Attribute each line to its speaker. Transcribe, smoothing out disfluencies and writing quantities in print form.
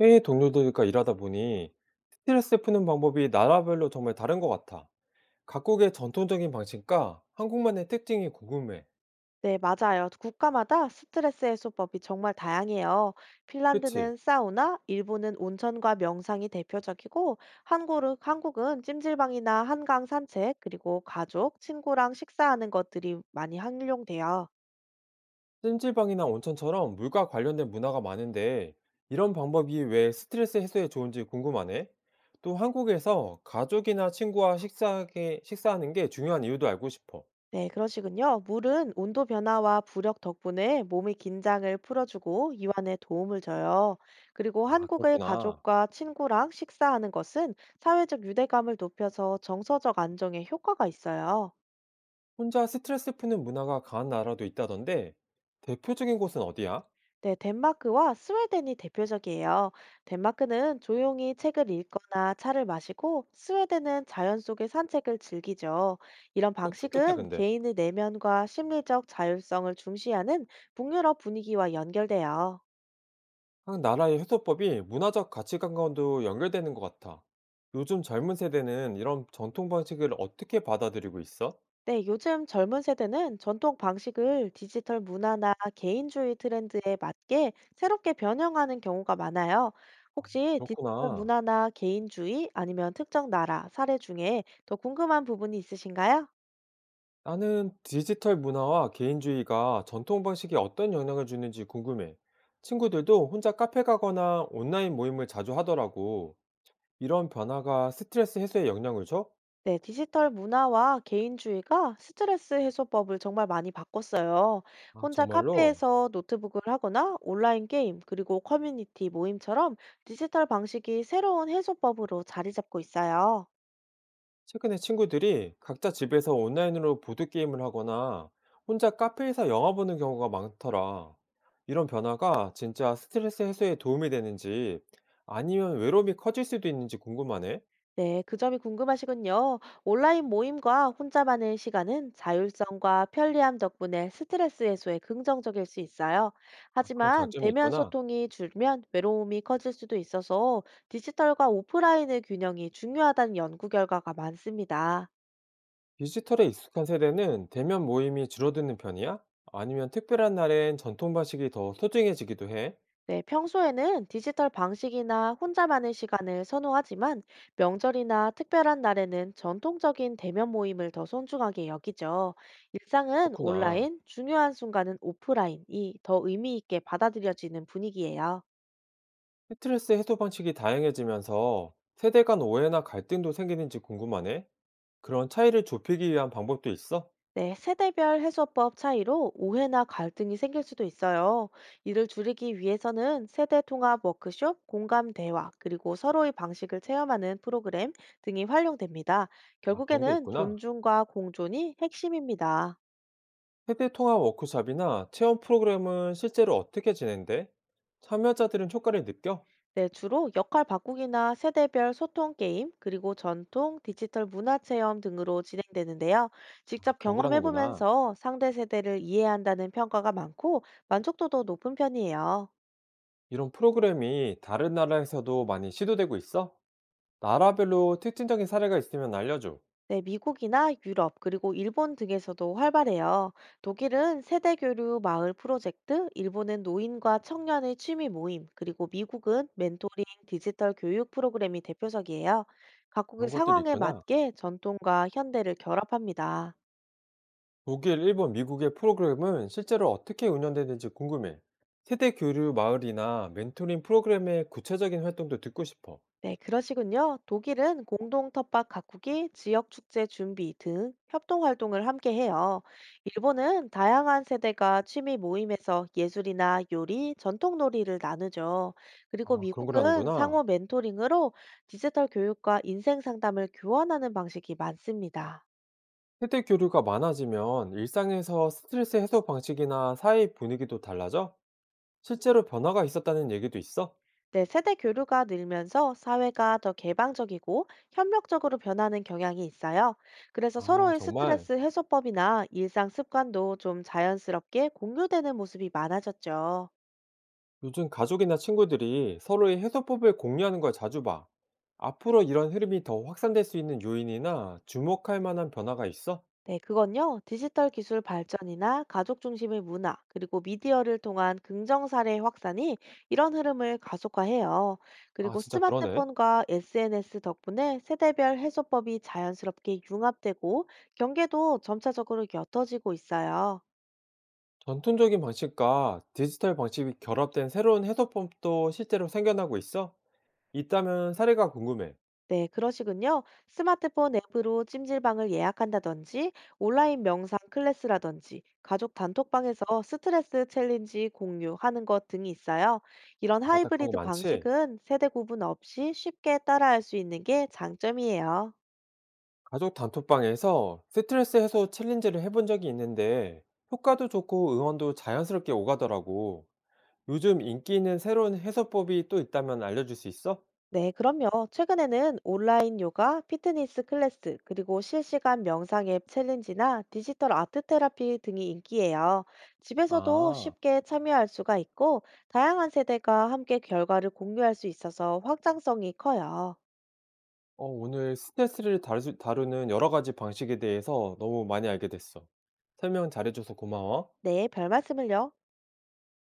Speaker 1: 해외 동료들과 일하다 보니 스트레스 푸는 방법이 나라별로 정말 다른 것 같아. 각국의 전통적인 방식과 한국만의 특징이 궁금해.
Speaker 2: 네, 맞아요. 국가마다 스트레스 해소법이 정말 다양해요.
Speaker 1: 그치?
Speaker 2: 핀란드는 사우나, 일본은 온천과 명상이 대표적이고, 한국은 찜질방이나 한강 산책, 그리고 가족, 친구랑 식사하는 것들이 많이 활용돼요.
Speaker 1: 찜질방이나 온천처럼 물과 관련된 문화가 많은데 이런 방법이 왜 스트레스 해소에 좋은지 궁금하네. 또 한국에서 가족이나 친구와 식사하는 게 중요한 이유도 알고 싶어.
Speaker 2: 네, 그러시군요. 물은 온도 변화와 부력 덕분에 몸의 긴장을 풀어주고 이완에 도움을 줘요. 그리고
Speaker 1: 아,
Speaker 2: 한국의
Speaker 1: 그렇구나.
Speaker 2: 가족과 친구랑 식사하는 것은 사회적 유대감을 높여서 정서적 안정에 효과가 있어요.
Speaker 1: 혼자 스트레스 푸는 문화가 강한 나라도 있다던데 대표적인 곳은 어디야?
Speaker 2: 네, 덴마크와 스웨덴이 대표적이에요. 덴마크는 조용히 책을 읽거나 차를 마시고 스웨덴은 자연 속의 산책을 즐기죠. 이런
Speaker 1: 그거 좋겠다,
Speaker 2: 방식은
Speaker 1: 근데.
Speaker 2: 개인의 내면과 심리적 자율성을 중시하는 북유럽 분위기와 연결돼요.
Speaker 1: 각 나라의 효소법이 문화적 가치관과도 연결되는 것 같아. 요즘 젊은 세대는 이런 전통 방식을 어떻게 받아들이고 있어?
Speaker 2: 네, 요즘 젊은 세대는 전통 방식을 디지털 문화나 개인주의 트렌드에 맞게 새롭게 변형하는 경우가 많아요. 혹시 디지털
Speaker 1: 그렇구나.
Speaker 2: 문화나 개인주의 아니면 특정 나라 사례 중에 더 궁금한 부분이 있으신가요?
Speaker 1: 나는 디지털 문화와 개인주의가 전통 방식에 어떤 영향을 주는지 궁금해. 친구들도 혼자 카페 가거나 온라인 모임을 자주 하더라고. 이런 변화가 스트레스 해소에 영향을 줘?
Speaker 2: 네, 디지털 문화와 개인주의가 스트레스 해소법을 정말 많이 바꿨어요.
Speaker 1: 아,
Speaker 2: 혼자
Speaker 1: 정말로?
Speaker 2: 카페에서 노트북을 하거나 온라인 게임, 그리고 커뮤니티 모임처럼 디지털 방식이 새로운 해소법으로 자리 잡고 있어요.
Speaker 1: 최근에 친구들이 각자 집에서 온라인으로 보드게임을 하거나 혼자 카페에서 영화 보는 경우가 많더라. 이런 변화가 진짜 스트레스 해소에 도움이 되는지 아니면 외로움이 커질 수도 있는지 궁금하네.
Speaker 2: 네, 그 점이 궁금하시군요. 온라인 모임과 혼자만의 시간은 자율성과 편리함 덕분에 스트레스 해소에 긍정적일 수 있어요.
Speaker 1: 아, 그런
Speaker 2: 하지만
Speaker 1: 장점이
Speaker 2: 대면
Speaker 1: 있구나.
Speaker 2: 소통이 줄면 외로움이 커질 수도 있어서 디지털과 오프라인의 균형이 중요하다는 연구 결과가 많습니다.
Speaker 1: 디지털에 익숙한 세대는 대면 모임이 줄어드는 편이야? 아니면 특별한 날엔 전통 방식이 더 소중해지기도 해?
Speaker 2: 네, 평소에는 디지털 방식이나 혼자만의 시간을 선호하지만 명절이나 특별한 날에는 전통적인 대면 모임을 더 소중하게 여기죠. 일상은
Speaker 1: 그렇구나.
Speaker 2: 온라인, 중요한 순간은 오프라인이 더 의미 있게 받아들여지는 분위기예요.
Speaker 1: 스트레스 해소 방식이 다양해지면서 세대 간 오해나 갈등도 생기는지 궁금하네. 그런 차이를 좁히기 위한 방법도 있어?
Speaker 2: 네, 세대별 해소법 차이로 오해나 갈등이 생길 수도 있어요. 이를 줄이기 위해서는 세대 통합 워크숍, 공감 대화, 그리고 서로의 방식을 체험하는 프로그램 등이 활용됩니다.
Speaker 1: 아, 그런 게
Speaker 2: 결국에는
Speaker 1: 있구나.
Speaker 2: 존중과 공존이 핵심입니다.
Speaker 1: 세대 통합 워크숍이나 체험 프로그램은 실제로 어떻게 진행돼? 참여자들은 효과를 느껴?
Speaker 2: 네, 주로 역할 바꾸기나 세대별 소통 게임, 그리고 전통 디지털 문화 체험 등으로 진행되는데요.
Speaker 1: 아,
Speaker 2: 직접
Speaker 1: 그런 거라는구나.
Speaker 2: 경험해보면서 상대 세대를 이해한다는 평가가 많고 만족도도 높은 편이에요.
Speaker 1: 이런 프로그램이 다른 나라에서도 많이 시도되고 있어? 나라별로 특징적인 사례가 있으면 알려줘.
Speaker 2: 네, 미국이나 유럽, 그리고 일본 등에서도 활발해요. 독일은 세대 교류 마을 프로젝트, 일본은 노인과 청년의 취미 모임, 그리고 미국은 멘토링 디지털 교육 프로그램이 대표적이에요. 각국의
Speaker 1: 그런 것들이
Speaker 2: 상황에
Speaker 1: 있구나.
Speaker 2: 맞게 전통과 현대를 결합합니다.
Speaker 1: 독일, 일본, 미국의 프로그램은 실제로 어떻게 운영되는지 궁금해. 세대 교류 마을이나 멘토링 프로그램의 구체적인 활동도 듣고 싶어.
Speaker 2: 네, 그러시군요. 독일은 공동 텃밭 가꾸기, 지역 축제 준비 등 협동 활동을 함께 해요. 일본은 다양한 세대가 취미 모임에서 예술이나 요리, 전통 놀이를 나누죠. 그리고
Speaker 1: 아, 그런
Speaker 2: 미국은 상호
Speaker 1: 거라는구나.
Speaker 2: 멘토링으로 디지털 교육과 인생 상담을 교환하는 방식이 많습니다.
Speaker 1: 세대 교류가 많아지면 일상에서 스트레스 해소 방식이나 사회 분위기도 달라져? 실제로 변화가 있었다는 얘기도 있어?
Speaker 2: 네, 세대 교류가 늘면서 사회가 더 개방적이고 협력적으로 변하는 경향이 있어요. 그래서
Speaker 1: 아,
Speaker 2: 서로의
Speaker 1: 정말.
Speaker 2: 스트레스 해소법이나 일상 습관도 좀 자연스럽게 공유되는 모습이 많아졌죠.
Speaker 1: 요즘 가족이나 친구들이 서로의 해소법을 공유하는 걸 자주 봐. 앞으로 이런 흐름이 더 확산될 수 있는 요인이나 주목할 만한 변화가 있어?
Speaker 2: 네, 그건요. 디지털 기술 발전이나 가족 중심의 문화, 그리고 미디어를 통한 긍정 사례 확산이 이런 흐름을 가속화해요.
Speaker 1: 아,
Speaker 2: 그리고
Speaker 1: 진짜 그러네.
Speaker 2: 스마트폰과 SNS 덕분에 세대별 해소법이 자연스럽게 융합되고 경계도 점차적으로 옅어지고 있어요.
Speaker 1: 전통적인 방식과 디지털 방식이 결합된 새로운 해소법도 실제로 생겨나고 있어? 있다면 사례가 궁금해.
Speaker 2: 네, 그러시군요. 스마트폰 앱으로 찜질방을 예약한다든지, 온라인 명상 클래스라든지, 가족 단톡방에서 스트레스 챌린지 공유하는 것 등이 있어요. 이런
Speaker 1: 맞다, 그런 거
Speaker 2: 하이브리드
Speaker 1: 많지?
Speaker 2: 방식은 세대 구분 없이 쉽게 따라할 수 있는 게 장점이에요.
Speaker 1: 가족 단톡방에서 스트레스 해소 챌린지를 해본 적이 있는데 효과도 좋고 응원도 자연스럽게 오가더라고. 요즘 인기 있는 새로운 해소법이 또 있다면 알려줄 수 있어?
Speaker 2: 네, 그럼요. 최근에는 온라인 요가, 피트니스 클래스, 그리고 실시간 명상 앱 챌린지나 디지털 아트 테라피 등이 인기예요. 집에서도
Speaker 1: 아,
Speaker 2: 쉽게 참여할 수가 있고, 다양한 세대가 함께 결과를 공유할 수 있어서 확장성이 커요.
Speaker 1: 오늘 다루는 여러 가지 방식에 대해서 너무 많이 알게 됐어. 설명 잘해줘서 고마워.
Speaker 2: 네, 별 말씀을요.